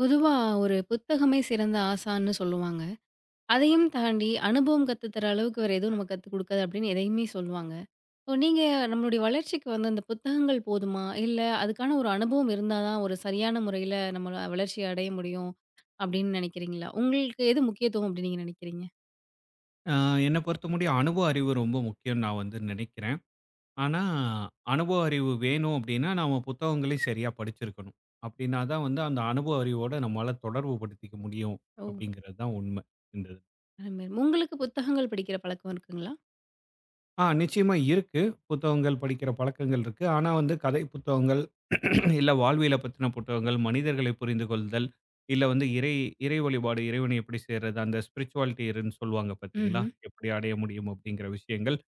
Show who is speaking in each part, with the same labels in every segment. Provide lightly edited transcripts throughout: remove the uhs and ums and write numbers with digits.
Speaker 1: பொதுவா ஒரு புத்தகமே சிறந்த ஆசான்னு சொல்லுவாங்க. அதையும் தாண்டி அனுபவம் கத்துத்தர அளவுக்கு வேற எதுவும் நமக்கு கத்துக் குடுக்காது அப்படின்னு எதையுமே சொல்லுவாங்க. இப்போ நீங்க நம்மளுடைய வளர்ச்சிக்கு வந்து அந்த புத்தகங்கள் போதுமா? இல்ல அதுக்கான ஒரு அனுபவம் இருந்தா தான் ஒரு சரியான முறையில நம்ம வளர்ச்சி அடைய முடியும் அப்படின்னு நினைக்கிறீங்களா? உங்களுக்கு எது முக்கியத்துவம் அப்படின்னு நீங்க நினைக்கிறீங்க?
Speaker 2: ஆ என்ன பொறுத்தமுடிய அனுபவ அறிவு ரொம்ப முக்கியம்னு நான் வந்து நினைக்கிறேன். ஆனா, அனுபவ அறிவு வேணும் அப்டின்னா, நாம புத்தகங்களையும் சரியா படிச்சிருக்கணும். அப்டின்னா தான் வந்து அந்த அனுபவ அறிவோட நம்மால தொடர்பு படுத்திக்க முடியும்
Speaker 1: ஓ!
Speaker 2: அப்டிங்கிறது தான் உண்ம இந்த இதுல.
Speaker 1: அருமை. உங்களுக்கு புத்தகங்கள் படிக்கிற பழக்கம் இருக்குங்களா?
Speaker 2: ஆ, நிச்சயமா இருக்கு. புத்தகங்கள் படிக்கிற பழக்கங்கள் இருக்கு. ஆனா வந்து கதை புத்தகங்கள், இல்ல வாழ்வியல பத்தின புத்தகங்கள், மனிதர்களை புரிந்து கொள்தல், இல்ல வந்து இறை இறை வழிபாடு, இறைவனை எப்படி சேர்றது, அந்த ஸ்பிரிச்சுவாலிட்டி ன்னு சொல்லுவாங்க பார்த்தீங்களா?
Speaker 1: ம்ஹ்ம்.
Speaker 2: எப்படி அடைய முடியும் அப்படிங்கிற விஷயங்கள்.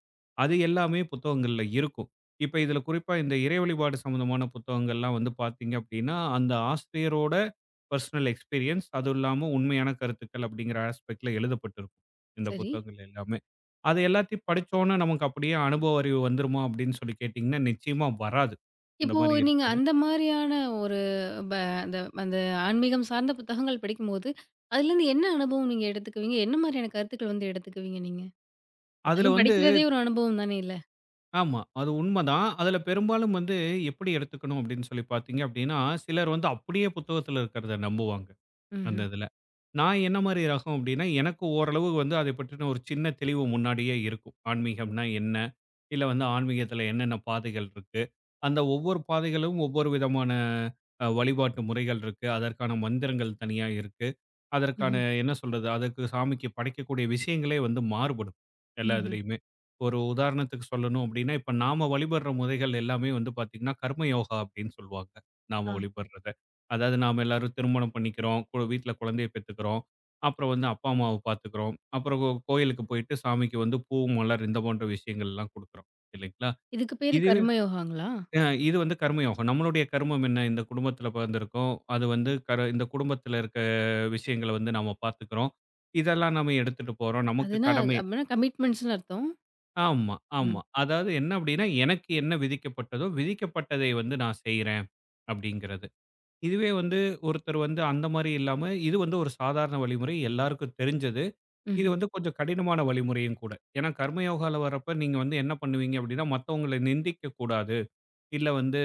Speaker 2: அது எல்லாமே புத்தகங்கள்ல இருக்கும். இப்ப இதில குறிப்பா இந்த இறை வழிபாடு சம்மந்தமான புத்தகங்கள்லாம் வந்து பார்த்தீங்க அப்படின்னா, அந்த ஆசிரியரோட பெர்சனல் எக்ஸ்பீரியன்ஸ் அதுவும் இல்லாம உண்மையான கருத்துக்கள் அப்படிங்கிற ஆஸ்பெக்ட் ல எழுதப்பட்டிருக்கும். இந்த
Speaker 1: சரி.
Speaker 2: புத்தகங்கள் எல்லாமே. அது எல்லாத்தையும் படிச்சோன்னே நமக்கு அப்படியே அனுபவ அறிவு வந்துருமா அப்படின்னு சொல்லி கேட்டீங்கன்னா, நிச்சயமா வராது. அந்த
Speaker 1: இப்போ
Speaker 2: மாரி
Speaker 1: நீங்க
Speaker 2: இருக்காது.
Speaker 1: அந்த மாதிரியான ஒரு ப அந்த அந்த ஆன்மீகம் சார்ந்த புத்தகங்கள் படிக்கும்போது, அதுலேருந்து என்ன அனுபவம் நீங்க எடுத்துக்குவீங்க? என்ன மாதிரியான கருத்துக்கள் வந்து எடுத்துக்குவீங்க நீங்க?
Speaker 2: அதுல
Speaker 1: புத்தகம்
Speaker 2: வந்து
Speaker 1: படிக்கிறதே ஒரு அனுபவம் தானே இல்ல?
Speaker 2: ஆமா. அது உண்மதான். அதுல பெரும்பாலும் வந்து எப்படி எடுத்துக்கணும் அப்படின்னு சொல்லி பார்த்தீங்க அப்படின்னா, சிலர் வந்து அப்படியே புத்தகத்துல இருக்கிறத நம்புவாங்க. அந்த
Speaker 1: ம்ஹ்ம்.
Speaker 2: இதில. நான் என்ன மாரி ரகம் அப்டின்னா, எனக்கு ஓரளவு வந்து அதை பற்றின ஒரு சின்ன தெளிவு முன்னாடியே இருக்கும். ஆன்மீகம்னா என்ன? இல்ல வந்து ஆன்மீகத்தில என்னென்ன பாதைகள் இருக்கு? அந்த ஒவ்வொரு பாதைகளும் ஒவ்வொரு விதமான வழிபாட்டு முறைகள் இருக்கு. அதற்கான மந்திரங்கள் தனியா இருக்கு. அதற்கான
Speaker 1: ம்ஹ்ம்.
Speaker 2: என்ன சொல்றது? அதற்கு சாமிக்கு படைக்கக்கூடிய விஷயங்களே வந்து மாறுபடும். எல்லா
Speaker 1: ம்ஹ்ம்.
Speaker 2: இதுலயுமே. ஒரு உதாரணத்துக்கு சொல்லணும் அப்டின்னா, இப்ப நாம வழிபடுற முறைகள் எல்லாமே வந்து பார்த்தீங்கன்னா, கர்ம யோகா அப்டின்னு சொல்லுவாங்க. நாம
Speaker 1: ஆ.
Speaker 2: வழிபடுறது. அதாவது நாம எல்லாரும் திருமணம் பண்ணிக்கிறோம். வீட்ல குழந்தைய பெத்துக்கிறோம். அப்புறம் வந்து அப்பா, அம்மாவ பார்த்துக்கிறோம். அப்புறம் கோயிலுக்கு போயிட்டு சாமிக்கு வந்து பூ, மலர் இந்த போன்ற விஷயங்கள்லாம் குடுக்குறோம். இல்லைங்களா?
Speaker 1: இதுக்கு பேரு
Speaker 2: இது
Speaker 1: கர்மயோகாங்களா?
Speaker 2: அ இது வந்து கர்மயோகம். நம்மளுடைய கர்மம் என்ன? இந்த குடும்பத்தில பிறந்திருக்கோம். அது வந்து இந்த குடும்பத்தில இருக்க விஷயங்கள வந்து நாம பார்த்துக்கிறோம். இதெல்லாம் நாம எடுத்துட்டு போறோம். நமக்கு
Speaker 1: அதுனா
Speaker 2: கடமை
Speaker 1: அப்பன்னா கமிட்மெண்ட்ஸ்ன்னு அர்த்தம்.
Speaker 2: ஆமா, ஆமா.
Speaker 1: ம்.
Speaker 2: அதாவது என்ன அப்படின்னா, எனக்கு என்ன விதிக்கப்பட்டதோ, விதிக்கப்பட்டதை வந்து நான் செய்றேன் அப்படிங்கிறது. இதுவே வந்து ஒருத்தர் வந்து அந்த மாரி இல்லாம, இது வந்து ஒரு சாதாரண வழிமுறை. எல்லாருக்கும் தெரிஞ்சது. இது
Speaker 1: ம்ஹ்ம்.
Speaker 2: வந்து கொஞ்சம் கடினமான வழிமுறையும் கூட. ஏன்னா, கர்மயோகால வரப்ப நீங்க வந்து என்ன பண்ணுவீங்க அப்டின்னா, மத்தவங்கள நிந்திக்கக் கூடாது. இல்ல வந்து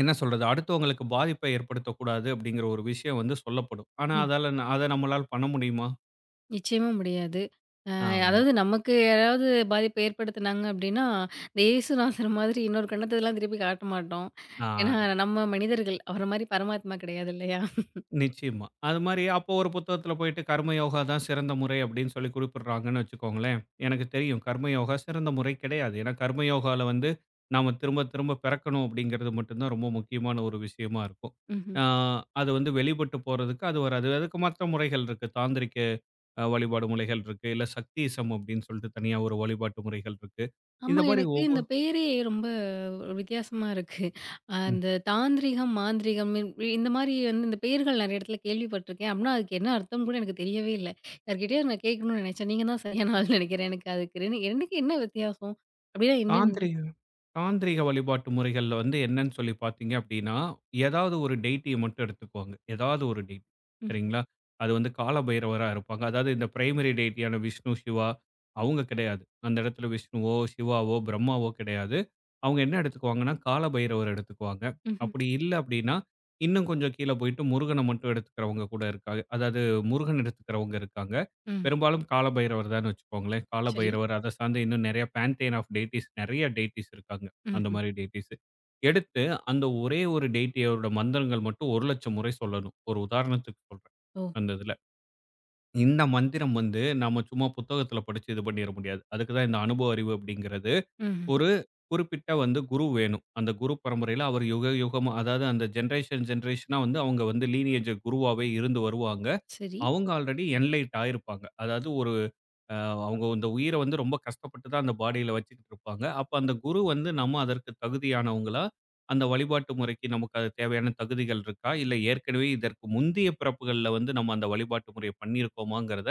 Speaker 2: என்ன சொல்றது? அடுத்தவங்களுக்கு பாதிப்ப ஏற்படுத்தக்கூடாது அப்டிங்கிற ஒரு விஷயம் வந்து சொல்லப்படும். ஆனா, அதால அத நம்மளால பண்ண முடியுமா?
Speaker 1: நிச்சயமா முடியாது. அ
Speaker 2: ஆமா.
Speaker 1: அதாவது நமக்கு யாராவது பாதிப்ப ஏற்படுத்துனாங்க அப்டின்னா, இந்த ஏசுநாதர் மாதிரி இன்னொரு கண்ணத்தலாம் திருப்பி காட்ட மாட்டோம்.
Speaker 2: ஆ.
Speaker 1: ஏன்னா நம்ம மனிதர்கள். அவர மாரி பரமாத்மா கிடையாது இல்லையா?
Speaker 2: நிச்சயமா. அது மாரி அப்போ ஒரு புத்தகத்துல போயிட்டு கர்ம யோகா தான் சிறந்த முறை அப்படின்னு சொல்லி குறிப்பிடுறாங்கன்னு வச்சுக்கோங்களேன். எனக்கு தெரியும் கர்ம யோகா சிறந்த முறை கிடையாது. ஏன்னா கர்ம யோகால வந்து நாம திரும்ப திரும்ப பிறக்கணும் அப்படிங்கிறது மட்டும் தான் ரொம்ப முக்கியமான ஒரு விஷயமா இருக்கும்.
Speaker 1: ம்ஹ்ம்.
Speaker 2: ஆ அது வந்து வெளிப்பட்டு போறதுக்கு அது வராது. அதுக்கு மற்ற முறைகள் இருக்கு. தாந்திரிக்க வழிபாடு முறைகள் இருக்கு. இல்ல சக்தியிசம் அப்படின்னு சொல்லிட்டு தனியா ஒரு வழிபாட்டு முறைகள் இருக்கு. இந்த
Speaker 1: ஆமா,
Speaker 2: மாரி
Speaker 1: எனக்கு
Speaker 2: ஒ
Speaker 1: இந்த பேரே ரொம்ப ஒரு வித்தியாசமா இருக்கு.
Speaker 2: ம்
Speaker 1: அந்த தாந்திரீகம், மாந்திரீகம் இந்த மாரி வந்து இந்த பெயர்கள் நெறைய இடத்துல கேள்விப்பட்டுருக்கேன். அப்படின்னா அதுக்கு என்ன அர்த்தம் கூட எனக்கு தெரியவே இல்ல. யார்கிட்டயோ நான் கேட்கணும்னு நெனைச்சேன். நீங்க தான் சரியான ஆள்ன்னு நெனைக்கிறேன். எனக்கு அதுக்கு எனக்கு என்ன வித்தியாசம்? அப்படின்னா
Speaker 2: தாந்திரி
Speaker 1: என்னன்னு
Speaker 2: தாந்திரீக வழிபாட்டு முறைகள்ல வந்து என்னன்னு சொல்லி பார்த்தீங்க அப்படின்னா, ஏதாவது ஒரு டெய்ட்டிய மட்டும் எடுத்துக்குவாங்க. ஏதாவது ஒரு டெய்ட்டி
Speaker 1: ம்,
Speaker 2: சரிங்களா? அது வந்து கால பைரவரா இருப்பாங்க. அதாவது இந்த பிரைமரி டெய்ட்டியான விஷ்ணு, சிவா அவங்க கிடையாது. அந்த இடத்துல விஷ்ணுவோ, சிவாவோ, பிரம்மாவோ கிடையாது. அவங்க என்ன எடுத்துக்குவாங்கன்னா, கால பைரவர் எடுத்துக்குவாங்க.
Speaker 1: ம்ஹ்ம்,
Speaker 2: அப்படி இல்ல அப்படின்னா, இன்னும் கொஞ்சம் கீழ போயிட்டு முருகன மட்டும் எடுத்துக்கிறவங்க கூட இருக்காங்க. அதாவது முருகன் எடுத்துக்கிறவங்க இருக்காங்க.
Speaker 1: ம்.
Speaker 2: பெரும்பாலும் கால பைரவர் தான்னு வச்சுக்கோங்களேன். கால
Speaker 1: சரி.
Speaker 2: பைரவர், அதை சார்ந்து இன்னும் நெறைய பேன்தேன் ஆஃப் டெய்ட்டீஸ் நெறைய டெய்ட்டீஸ் இருக்காங்க. அந்த
Speaker 1: ம்ஹ்ம்.
Speaker 2: மாரி டெய்டீஸு. எடுத்து அந்த ஒரே ஒரு டெய்டியோட மந்திரங்கள் மட்டும் 1,00,000 முறை சொல்லணும். ஒரு உதாரணத்துக்கு சொல்றேன்.
Speaker 1: ஓ!
Speaker 2: அந்த இதுல. இந்த மந்திரம் வந்து நாம சும்மா புத்தகத்துல படிச்சு இது பண்ணிற முடியாது. அதுக்கு தான் இந்த அனுபவ அறிவு அப்படிங்கிறது.
Speaker 1: ம்ஹ்ம்.
Speaker 2: ஒரு குறிப்பிட்ட வந்து குரு வேணும். அந்த குரு பரம்பரையில அவர் யுக யுகமா அதாவது அந்த ஜெனரேஷன் ஜெனரேஷனா வந்து அவங்க வந்து லீனியேஜ் குருவாவே இருந்து வருவாங்க.
Speaker 1: சரி.
Speaker 2: அவங்க ஆல்ரெடி என்லைட் ஆயிருப்பாங்க. அதாவது ஒரு அ அவங்க இந்த உயிர வந்து ரொம்ப கஷ்டப்பட்டு தான் அந்த பாடியில வச்சுக்கிட்டு இருப்பாங்க. அப்ப அந்த குரு வந்து நம்ம அதற்கு தகுதியானவங்களா? அந்த வழிபாட்டு முறைக்கு நமக்கு அது தேவையான தகுதிகள் இருக்கா? இல்ல ஏற்கனவே இதற்கு முந்தைய பிறப்புகள்ல வந்து நம்ம அந்த வழிபாட்டு முறைய பண்ணியிருக்கோமாங்கிறத,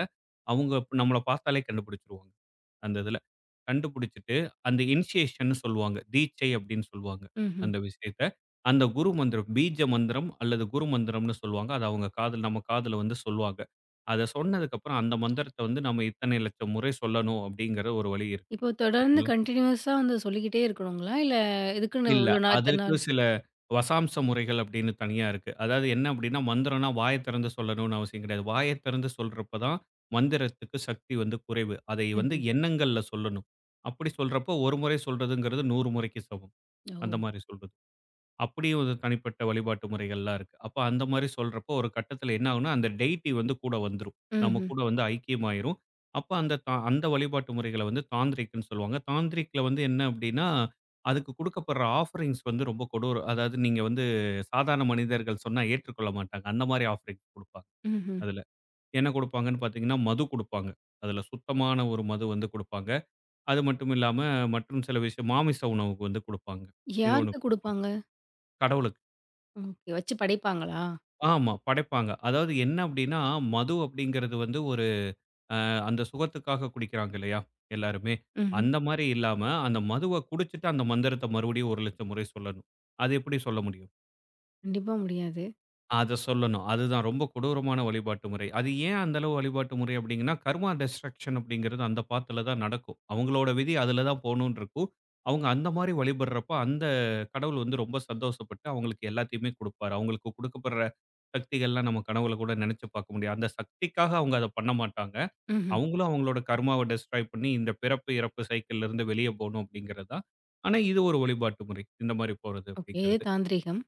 Speaker 2: அவங்க நம்மள பார்த்தாலே கண்டுபிடிச்சுருவாங்க. அந்த இதுல. கண்டுபிடிச்சுட்டு, அந்த இனிஷியேஷன்னு சொல்லுவாங்க. தீட்சை அப்படின்னு சொல்லுவாங்க.
Speaker 1: ம்ஹ்ம்.
Speaker 2: அந்த விஷயத்த. அந்த குரு மந்திரம், பீஜ மந்திரம் அல்லது குரு மந்திரம்ன்னு சொல்லுவாங்க. அது அவங்க காதுல நம்ம காதுல வந்து சொல்லுவாங்க. அத சொன்னதுக்கப்புறம் அந்த மந்திரத்த வந்து நம்ம இத்தனை லட்சம் முறை சொல்லணும் அப்படிங்கிற ஒரு வழி இருக்கு.
Speaker 1: இப்போ தொடர்ந்து
Speaker 2: சரிங்களா?
Speaker 1: கன்டினியூஸா வந்து சொல்லிக்கிட்டே இருக்கணுங்களா? இல்ல இதுக்குன்னு
Speaker 2: இல்ல.
Speaker 1: இவ்வளோ நாள் இத்தன
Speaker 2: அதற்கு
Speaker 1: நாள்
Speaker 2: சில வசாம்ச முறைகள் அப்படின்னு தனியா இருக்கு. அதாவது என்ன அப்படின்னா, மந்திரம்னா வாய திறந்து சொல்லணும்னு அவசியம் கிடையாது. வாய திறந்து சொல்றப்ப தான் மந்திரத்துக்கு சக்தி வந்து குறைவு. அதை வந்து
Speaker 1: ம்ஹ்ம்.
Speaker 2: எண்ணங்கள்ல சொல்லணும். அப்படி சொல்றப்போ, ஒரு முறை சொல்றதுங்கிறது 100 முறைக்கு சமம். அந்த
Speaker 1: ஓ!
Speaker 2: மாரி சொல்றது. அப்படியே ஒரு தனிப்பட்ட வழிபாட்டு முறைகள்லாம் இருக்கு. அப்ப அந்த மாரி சொல்றப்போ, ஒரு கட்டத்தில என்ன ஆகும்னா, அந்த டெய்டி வந்து கூட வந்துரும். நம்ம
Speaker 1: ம்ஹ்ம்,
Speaker 2: கூட வந்து ஐக்கியமாயிரும். அப்ப அந்த வழிபாட்டு முறைகள வந்து தாந்திரீக்ன்னு சொல்லுவாங்க. தாந்திரீக்ல வந்து என்ன அப்டின்னா, அதுக்கு குடுக்கப்படுற ஆஃபரிங்ஸ் வந்து ரொம்ப கொடூரம். அதாவது நீங்க வந்து சாதாரண மனிதர்கள் சொன்னா ஏற்றுக்கொள்ள மாட்டாங்க. அந்த மாரி ஆஃபரிங் குடுப்பாங்க
Speaker 1: ம்ஹ்ம்.
Speaker 2: அதுல. என்ன குடுப்பாங்கன்னு பார்த்தீங்கன்னா, மது குடுப்பாங்க. அதுல சுத்தமான ஒரு மது வந்து குடுப்பாங்க. அது மட்டும் இல்லாம மற்றும் சில விஷயம் மாமிச உணவுக்கு வந்து குடுப்பாங்க. இது ஒண்ணு
Speaker 1: யாருக்கு
Speaker 2: குடுப்பாங்க.
Speaker 1: குடுப்பாங்க?
Speaker 2: கடவுளுக்கு.
Speaker 1: ஓகே. வச்சு படைப்பாங்களா?
Speaker 2: ஆமா, படைப்பாங்க. அதாவது என்ன அப்டின்னா, மது அப்டிங்கிறது வந்து ஒரு அ அந்த சுகத்துக்காக குடிக்கிறாங்க இல்லையா? எல்லாருமே.
Speaker 1: ம்ஹ்ம்.
Speaker 2: அந்த மாரி இல்லாம, அந்த மதுவ குடிச்சிட்டு அந்த மந்திரத்த மறுபடியும் 1,00,000 முறை சொல்லணும். அது எப்படி சொல்ல முடியும்?
Speaker 1: கண்டிப்பா முடியாது.
Speaker 2: அத சொல்லணும். அதுதான் ரொம்ப கொடூரமான வழிபாட்டு முறை. அது ஏன் அந்த அளவு வழிபாட்டு முறை அப்டிங்கன்னா, கர்மா டிஸ்ட்ரக்ஷன் அப்படிங்கிறது அந்த பாத்துல தான் நடக்கும். அவங்களோட விதி அதுல தான் போகணும்னு இருக்கும். அவங்க அந்த மாரி வழிபடுறப்போ, அந்த கடவுள் வந்து ரொம்ப சந்தோஷப்பட்டு அவங்களுக்கு எல்லாத்தையுமே குடுப்பாரு. அவங்களுக்கு குடுக்கப்படுற சக்திகள்லாம் நம்ம கனவுல கூட நெனச்சு பார்க்க முடியாது. அந்த சக்திக்காக அவங்க அத பண்ண மாட்டாங்க.
Speaker 1: ம்ஹ்ம்.
Speaker 2: அவங்களும் அவங்களோட கர்மாவ டெஸ்ட்ராய் பண்ணி இந்த பிறப்பு, இறப்பு சைக்கிள்ல இருந்து வெளிய போணும் அப்படிங்கிறது தான். ஆனா, இது ஒரு வழிபாட்டு முறை. இந்த மாரி போறது
Speaker 1: ஓகே. இது
Speaker 2: அப்படிங்கிறது.
Speaker 1: தாந்திரீகம்.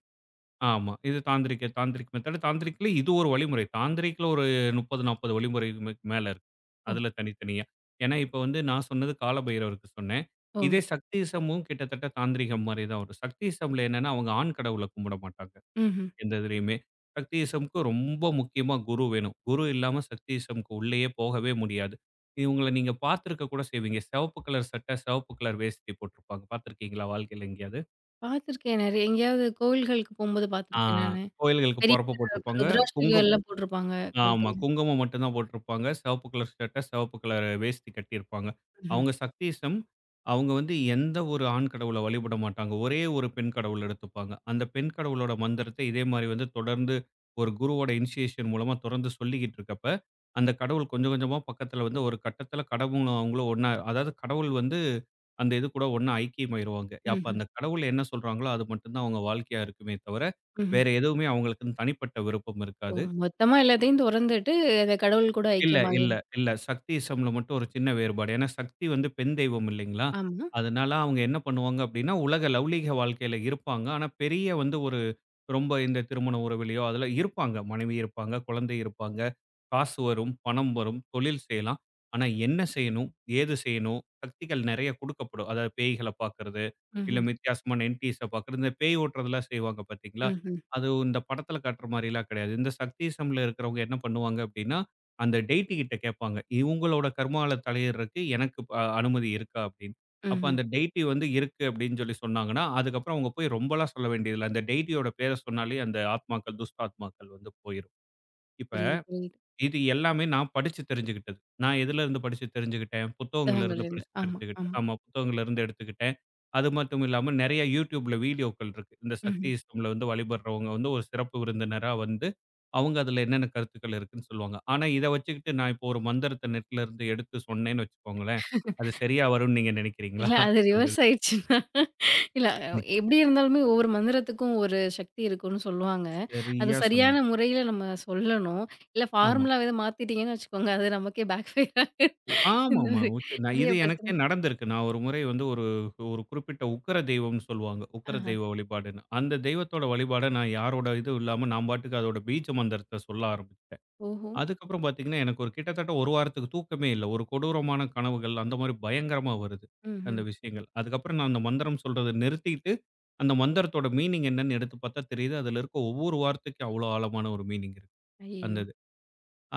Speaker 2: ஆமா. இது தாந்திரிக் தாந்திரிக் மெத்தட். தாந்திரிக்ல இது ஒரு வழிமுறை. தாந்திரிக்ல ஒரு 30, 40 வழிமுறைக்கு மேல இருக்கு.
Speaker 1: ஓ!
Speaker 2: அதுல தனித்தனியா. ஏன்னா, இப்ப வந்து நான் சொன்னது காலபைரவருக்கு சொன்னேன்.
Speaker 1: ஓ!
Speaker 2: இதே சக்தியிசமும் கிட்டத்தட்ட தாந்திரிகம் மாரி தான் வரும். சக்தியிசம்ல என்னன்னா, அவங்க ஆண் கடவுள கும்பிட மாட்டாங்க.
Speaker 1: ம்ஹ்ம்.
Speaker 2: எந்த இதுலயுமே. சக்தியிசம்க்கு ரொம்ப முக்கியமா குரு வேணும். குரு இல்லாம சக்தியிசம்க்கு உள்ளயே போகவே முடியாது. இவங்கள நீங்க பார்த்திருக்க கூட செய்வீங்க. சிவப்பு கலர் சட்டை, சிவப்பு கலர் வேஷ்டி போட்டிருப்பாங்க. பார்த்திருக்கீங்களா வாழ்க்கையில எங்கேயாவது?
Speaker 1: பார்த்துருக்கேன் நெறைய எங்கேயாவது கோவில்களுக்கு போம்போது
Speaker 2: ஆ,
Speaker 1: பார்த்துருக்கேன் நானு.
Speaker 2: கோயில்களுக்கு
Speaker 1: பெரிய
Speaker 2: போறப்ப போட்டிருப்பாங்க.
Speaker 1: ருத்ராட்சகம்
Speaker 2: குங்கும்
Speaker 1: எல்லாம் போட்டிருப்பாங்க
Speaker 2: ஆமா.
Speaker 1: கழுத்துல.
Speaker 2: குங்குமம் மட்டும் தான் போட்டிருப்பாங்க. சிவப்பு கலர் ஷர்ட்ட, சிவப்பு கலர் வேஷ்டி கட்டியிருப்பாங்க.
Speaker 1: ம்ஹ்ம்.
Speaker 2: அவங்க சக்தியிசம். அவங்க வந்து எந்த ஒரு ஆண் கடவுள வழிபட மாட்டாங்க. ஒரே ஒரு பெண் கடவுள் எடுத்துப்பாங்க. அந்த பெண் கடவுளோட மந்திரத்த இதே மாரி வந்து தொடர்ந்து ஒரு குருவோட இனிஷியேஷன் மூலமா தொடர்ந்து சொல்லிக்கிட்டு இருக்கப்ப, அந்த கடவுள் கொஞ்சம் கொஞ்சமா பக்கத்துல வந்து ஒரு கட்டத்துல கடவுளும் அவங்களும் ஒண்ணா அதாவது கடவுள் வந்து அந்த இது கூட ஒண்ணா ஐக்கியமாயிருவாங்க. அப்ப
Speaker 1: ம்ஹ்ம்.
Speaker 2: அந்த கடவுள் என்ன சொல்றாங்களோ, அது மட்டும் தான் அவங்க வாழ்க்கையா இருக்குமே தவிர,
Speaker 1: ம்ஹ்ம்.
Speaker 2: வேற எதுவுமே அவங்களுக்குன்னு தனிப்பட்ட விருப்பம்
Speaker 1: ஓ!
Speaker 2: இருக்காது.
Speaker 1: மொத்தமா எல்லாத்தையும் தொறந்துட்டு அத கடவுள் கூட
Speaker 2: இல்ல,
Speaker 1: ஐக்கியமாகி
Speaker 2: இல்ல, இல்ல. சக்தியிசம்ல மட்டும் ஒரு சின்ன வேறுபாடு. ஏன்னா சக்தி வந்து பெண் தெய்வம் இல்லைங்களா?
Speaker 1: ஆமா.
Speaker 2: அதனால அவங்க என்ன பண்ணுவாங்க அப்படின்னா, உலக லௌகீக வாழ்க்கையில இருப்பாங்க. ஆனா பெரிய வந்து ஒரு ரொம்ப இந்த திருமண உறவிலயோ அதில இருப்பாங்க. மனைவி இருப்பாங்க, குழந்தை இருப்பாங்க. காசு வரும், பணம் வரும், தொழில் செய்யலாம். ஆனா என்ன செய்யணும்? ஏது செய்யணும்? சக்திகள் நெறைய குடுக்கப்படும். அதாவது பேய்கள பார்க்கறது, இல்ல
Speaker 1: ம்ஹ்ம்.
Speaker 2: வித்தியாசமான என்டிஸ பார்க்கறது, இந்த பேய் ஓட்டுறதெல்லாம் செய்வாங்க பார்த்தீங்களா?
Speaker 1: ம்ஹ்ம்.
Speaker 2: அது இந்த படத்தில காட்டுற மாரிலாம் கிடையாது. இந்த சக்திசம்ல இருக்கிறவங்க என்ன பண்ணுவாங்க அப்டின்னா, அந்த டெய்டி கிட்ட கேட்பாங்க. இவங்களோட கர்மால தலையிடுறக்கு எனக்கு அனுமதி இருக்கா? அப்டின்னு. அப்ப
Speaker 1: ம்ஹ்ம்.
Speaker 2: அந்த டெய்டி வந்து இருக்கு அப்படின்னு சொல்லி சொன்னாங்கன்னா, அதுக்கப்புறம் அவங்க போய் ரொம்பலாம் சொல்ல வேண்டியதில்ல. அந்த டெய்டியோட பேர சொன்னாலே அந்த ஆத்மாக்கள், துஷ்ட ஆத்மாக்கள் வந்து போயிரும். இப்ப
Speaker 1: புரியுது, புரியுது.
Speaker 2: இது எல்லாமே நான் படிச்சு தெரிஞ்சுக்கிட்டது. நான் எதுலருந்து படிச்சு தெரிஞ்சுக்கிட்டேன்? புத்தகங்கள்லருந்து
Speaker 1: புத்தகங்கள்லேருந்து.
Speaker 2: படிச்சு
Speaker 1: ஆமா,
Speaker 2: தெரிஞ்சுக்கிட்டேன்.
Speaker 1: ஆமா.
Speaker 2: ஆமா, புத்தகங்கள்லருந்து எடுத்துக்கிட்டேன். அது மட்டும் இல்லாம நெறைய YouTubeல வீடியோக்கள் இருக்கு. இந்த சக்தி
Speaker 1: ம்ஹ்ம்.
Speaker 2: இஸ்டம்ல வந்து வழிபடுறவங்க வந்து ஒரு சிறப்பு விருந்தினரா வந்து, அவங்க அதுல என்னென்ன கருத்துக்கள் இருக்குன்னு சொல்லுவாங்க. ஆனா, இத வச்சுக்கிட்டு நான் இப்போ ஒரு மந்திரத்த நெட்லருந்து எடுத்து சொன்னேன்னு வச்சுக்கோங்களேன், அது சரியா வரும்னு நீங்க நினைக்கிறீங்களா?
Speaker 1: இல்ல அது ரிவர்ஸ் ஆயிடுச்சுன்னா இல்ல
Speaker 2: ம்.
Speaker 1: எப்படி இருந்தாலுமே ஒவ்வொரு மந்திரத்துக்கும் ஒரு சக்தி இருக்கும்னு சொல்லுவாங்க. அது
Speaker 2: சரியா சொன்னீங்க.
Speaker 1: சரியான முறையில நம்ம சொல்லணும். இல்ல
Speaker 2: ஆமா.
Speaker 1: ஃபார்முலாவ எதா மாத்திட்டீங்கன்னு வச்சுக்கோங்க, அது நமக்கே பேக் ஃபயர் ஆயிரும். இந்த
Speaker 2: ஆமாமா.
Speaker 1: மாரி
Speaker 2: நான் இது
Speaker 1: நெறைய
Speaker 2: எனக்கே
Speaker 1: பிரச்சனை.
Speaker 2: நடந்திருக்கு. நான் ஒரு முறை வந்து ஒரு ஒரு குறிப்பிட்ட உக்கிர தெய்வம்னு சொல்லுவாங்க. உக்கிர
Speaker 1: ஆஹா.
Speaker 2: தெய்வ வழிபாடுன்னு. அந்த தெய்வத்தோட வழிபாட நான் யாரோட இதுவும் இல்லாம நான் பாட்டுக்கு அதோட பீஜ மந்திரத்த சொல்ல ஆரம்பிச்சுட்டேன்.
Speaker 1: ஓஹோ!
Speaker 2: அதுக்கப்புறம் பார்த்தீங்கன்னா, எனக்கு ஒரு கிட்டத்தட்ட 1 வாரத்துக்கு தூக்கமே இல்ல. ஒரு கொடூரமான கனவுகள் அந்த மாரி பயங்கரமா வருது.
Speaker 1: ம்ஹ்ம்.
Speaker 2: அந்த விஷயங்கள். அதுக்கப்புறம் நான் அந்த மந்திரம் சொல்றத நிறுத்திட்டு, அந்த மந்திரத்தோட மீனிங் என்னன்னு எடுத்து பார்த்தா தெரியுது. அதுல இருக்க ஒவ்வொரு வார்த்தைக்கும் அவ்வளோ ஆழமான ஒரு மீனிங் இருக்கு. அந்த
Speaker 1: ஐயய்யோ!
Speaker 2: இது.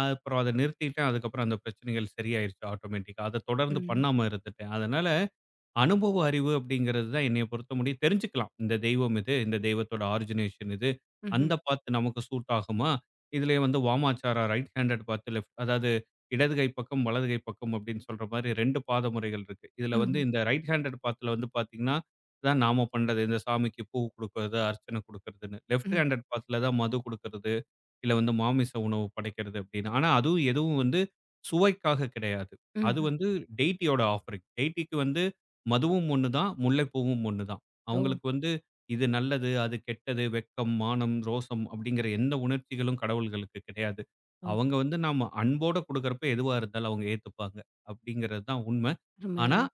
Speaker 2: அப்புறம் அத நிறுத்திட்டேன். அதுக்கப்புறம் அந்த பிரச்சனைகள் சரியாயிருச்சு ஆட்டோமேட்டிக்கா. அத தொடர்ந்து
Speaker 1: ம்.
Speaker 2: பண்ணாம இருந்துட்டேன். அதனால அனுபவ அறிவு அப்படிங்கிறது தான் என்னைய பொறுத்தமுடிய தெரிஞ்சுக்கலாம். இந்த தெய்வம் இது, இந்த தெய்வத்தோட ஆரிஜினேஷன் இது.
Speaker 1: ம்ஹ்ம்.
Speaker 2: அந்த பாத்து நமக்கு சூட் ஆகுமா? இதுலயே வந்து வாமாச்சாரா ரைட் ஹேண்டட் பாத்து லெஃப்ட் அதாவது இடது கை பக்கம், வலது கை பக்கம் அப்படின்னு சொல்ற மாரி 2 பாத முறைகள் இருக்கு. இதுல வந்து
Speaker 1: ம்ஹ்ம்.
Speaker 2: இந்த ரைட் ஹேண்டட் பாத்ல வந்து பாத்தீங்கன்னா, தான் நாம பண்றது. இந்த சாமிக்கு பூ குடுக்குறது, அர்ச்சனை குடுக்குறதுன்னு. லெஃப்ட்
Speaker 1: ம்ஹ்ம்.
Speaker 2: ஹேண்டட் பாத்ல தான் மது குடுக்குறது. இல்ல வந்து மாமிச உணவு படைக்கிறது அப்படின்னு. ஆனா அதுவும் எதுவும் வந்து சுவைக்காக கிடையாது.
Speaker 1: ம்.
Speaker 2: அது
Speaker 1: ம்ஹ்ம்.
Speaker 2: வந்து டெய்டியோட ஆஃபரிங். டெய்டிக்கு வந்து மதுவும் ஒண்ணு தான், முல்லைப்பூவும் ஒண்ணு தான்.
Speaker 1: ஓ!
Speaker 2: அவங்களுக்கு வந்து இது நல்லது, அது கெட்டது, வெட்கம், மானம், ரோசம் அப்படிங்கிற எந்த உணர்ச்சிகளும் கடவுள்களுக்கு கிடையாது.
Speaker 1: ஓஹோ!
Speaker 2: அவங்க வந்து நாம அன்போட குடுக்குறப்ப எதுவா இருந்தாலும் அவங்க ஏத்துப்பாங்க அப்படிங்கிறது தான் உண்மை.
Speaker 1: அருமை,
Speaker 2: ஆனா
Speaker 1: அருமை.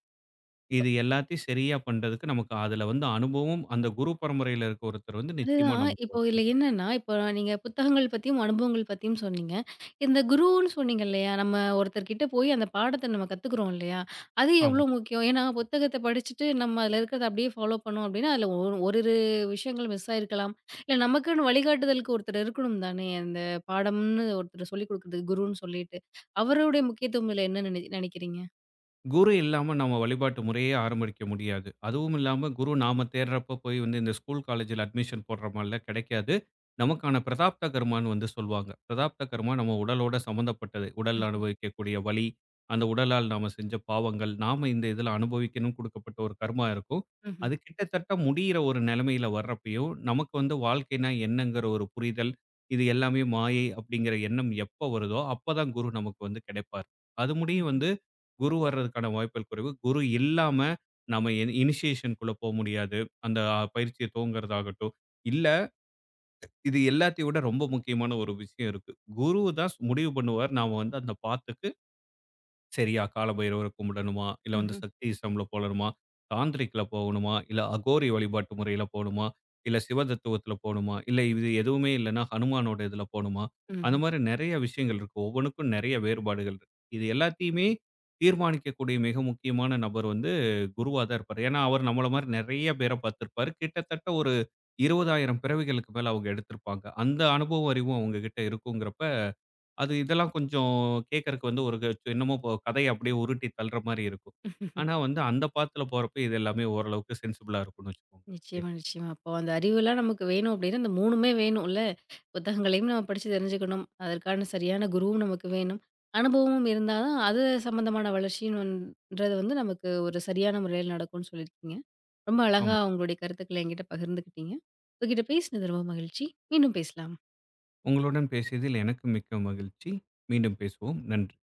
Speaker 2: இது எல்லாத்தையும் சரியா பண்றதுக்கு நமக்கு அதுல வந்து அனுபவம் அந்த குரு பரம்பரையில இருக்க ஒருத்தர் வந்து நிச்சயமா
Speaker 1: அதுதான்.
Speaker 2: நமக்கு
Speaker 1: இப்போ
Speaker 2: வந்து-
Speaker 1: இதுல என்னன்னா, இப்போ நீங்க புத்தகங்கள் பத்தியும், அனுபவங்கள் பத்தியும் சொன்னீங்க. இந்த குருன்னு சொன்னீங்க இல்லையா? நம்ம ஒருத்தர்கிட்ட போய் அந்த பாடத்த நம்ம கத்துக்குறோம் இல்லையா? அது
Speaker 2: ஆமா.
Speaker 1: எவ்ளோ முக்கியம்? ஏன்னா, புத்தகத்த படிச்சுட்டு நம்ம அதுல இருக்கிறத அப்படியே ஃபாலோ பண்ணோம் அப்படின்னா, அதுல ஒரு ஓரிரு விஷயங்கள் மிஸ் ஆயிருக்கலாம். இல்ல நமக்குன்னு வழிகாட்டுதலுக்கு ஒருத்தர் இருக்கணும் தானே? அந்த பாடம்னு ஒருத்தர் சொல்லிக் குடுக்குறதுக்கு குருன்னு சொல்லிட்டு. அவருடைய முக்கியத்துவம் இதுல என்ன நினைக்கிறீங்க?
Speaker 2: குரு இல்லாம நம்ம வழிபாட்டு முறையே ஆரம்பிக்க முடியாது. அதுவும் இல்லாம குரு நாம தேடுறப்ப போய் வந்து இந்த ஸ்கூல், காலேஜ்ல அட்மிஷன் போடுற மாரிலாம் கிடைக்காது. நமக்கான பிரதாப்த கர்மான்னு வந்து சொல்வாங்க. பிரதாப்த கர்மா நம்ம உடலோட சம்மந்தப்பட்டது. உடல்
Speaker 1: ம்ஹ்ம்.
Speaker 2: அனுபவிக்கக்கூடிய வலி, அந்த உடலால் நாம செஞ்ச பாவங்கள், நாம இந்த இதில அனுபவிக்கணும்னு குடுக்கப்பட்ட ஒரு கர்மா இருக்கும்.
Speaker 1: ம்ஹ்ம்.
Speaker 2: அது கிட்டத்தட்ட முடியிற ஒரு நிலைமையில வர்றப்பயும், நமக்கு வந்து வாழ்க்கைனா என்னங்கிற ஒரு புரிதல், இது எல்லாமே மாயை அப்படிங்கிற எண்ணம் எப்ப வருதோ, அப்ப தான் குரு நமக்கு வந்து கிடைப்பார். அது முடியும் வந்து குரு வர்றதுக்கான வாய்ப்புகள் குறைவு. குரு இல்லாம நம்ம இனி இனிஷியேஷன்க்குள்ள முடியாது. அந்த பயிற்சிய துவங்குறதாகட்டும். இல்ல இது எல்லாத்தையும் விட ரொம்ப முக்கியமான ஒரு விஷயம் இருக்கு. குரு தான் முடிவு பண்ணுவார். நாம வந்து அந்த பாத்துக்கு சரியா காலபைரவர கும்பிடணுமா? இல்ல வந்து
Speaker 1: ம்ஹ்ம்.
Speaker 2: சக்தி ஈஸ்வரம்ல போடணுமா? தாந்திரிக்ல போகணுமா? இல்ல அகோரி வழிபாட்டு முறையில போணுமா? இல்ல சிவ தத்துவத்துல போணுமா? இல்ல இது எதுவுமே இல்லன்னா ஹனுமானோட இதுல போணுமா? அந்த
Speaker 1: ம்ஹ்ம்.
Speaker 2: மாரி நெறைய விஷயங்கள் இருக்கு. ஒவ்வொன்னுக்கும் நெறைய வேறுபாடுகள் இருக்கு. இது எல்லாத்தையுமே தீர்மானிக்கக்கூடிய மிக முக்கியமான நபர் வந்து குருவா தான் இருப்பாரு. ஏன்னா, அவர் நம்மள மாரி நெறைய பேர பார்த்திருப்பாரு. கிட்டத்தட்ட ஒரு 20,000 பிறவிகளுக்கு மேல அவங்க எடுத்திருப்பாங்க. அந்த அனுபவ அறிவும் அவங்க கிட்ட இருக்குங்கிறப்ப அது இதெல்லாம் கொஞ்சம் கேட்கறக்கு வந்து ஒரு என்னமோ இப்போ கதைய அப்படியே உருட்டி தள்ளுற மாரி இருக்கும்.
Speaker 1: ம்ஹ்ம்.
Speaker 2: ஆனா வந்து அந்த பாத்துல போறப்ப இது எல்லாமே ஓரளவுக்கு சென்சிபிளா இருக்கும்னு வச்சுக்கோங்க.
Speaker 1: நிச்சயமா, நிச்சயமா. அப்போ அந்த அறிவுலாம் நமக்கு வேணும் அப்படின்னா, இந்த 3மே வேணும்ல? புத்தகங்களையும் நம்ம படிச்சு தெரிஞ்சுக்கணும். அதற்கான சரியான குருவும் நமக்கு வேணும். அனுபவமும் இருந்தா தான் அது சம்மந்தமான வளர்ச்சின்னு வன்றது வந்து நமக்கு ஒரு சரியான முறையில நடக்கும்னு சொல்லியிருக்கீங்க. ரொம்ப அழகா
Speaker 2: ஆமா.
Speaker 1: உங்களுடைய கருத்துக்கள என்கிட்ட பகிர்ந்துக்கிட்டீங்க. உங்ககிட்ட பேசினது ரொம்ப மகிழ்ச்சி. மீண்டும் பேசலாம்.
Speaker 2: உங்களுடன் பேசியதில் எனக்கு மிக்க மகிழ்ச்சி. மீண்டும் பேசுவோம். நன்றி.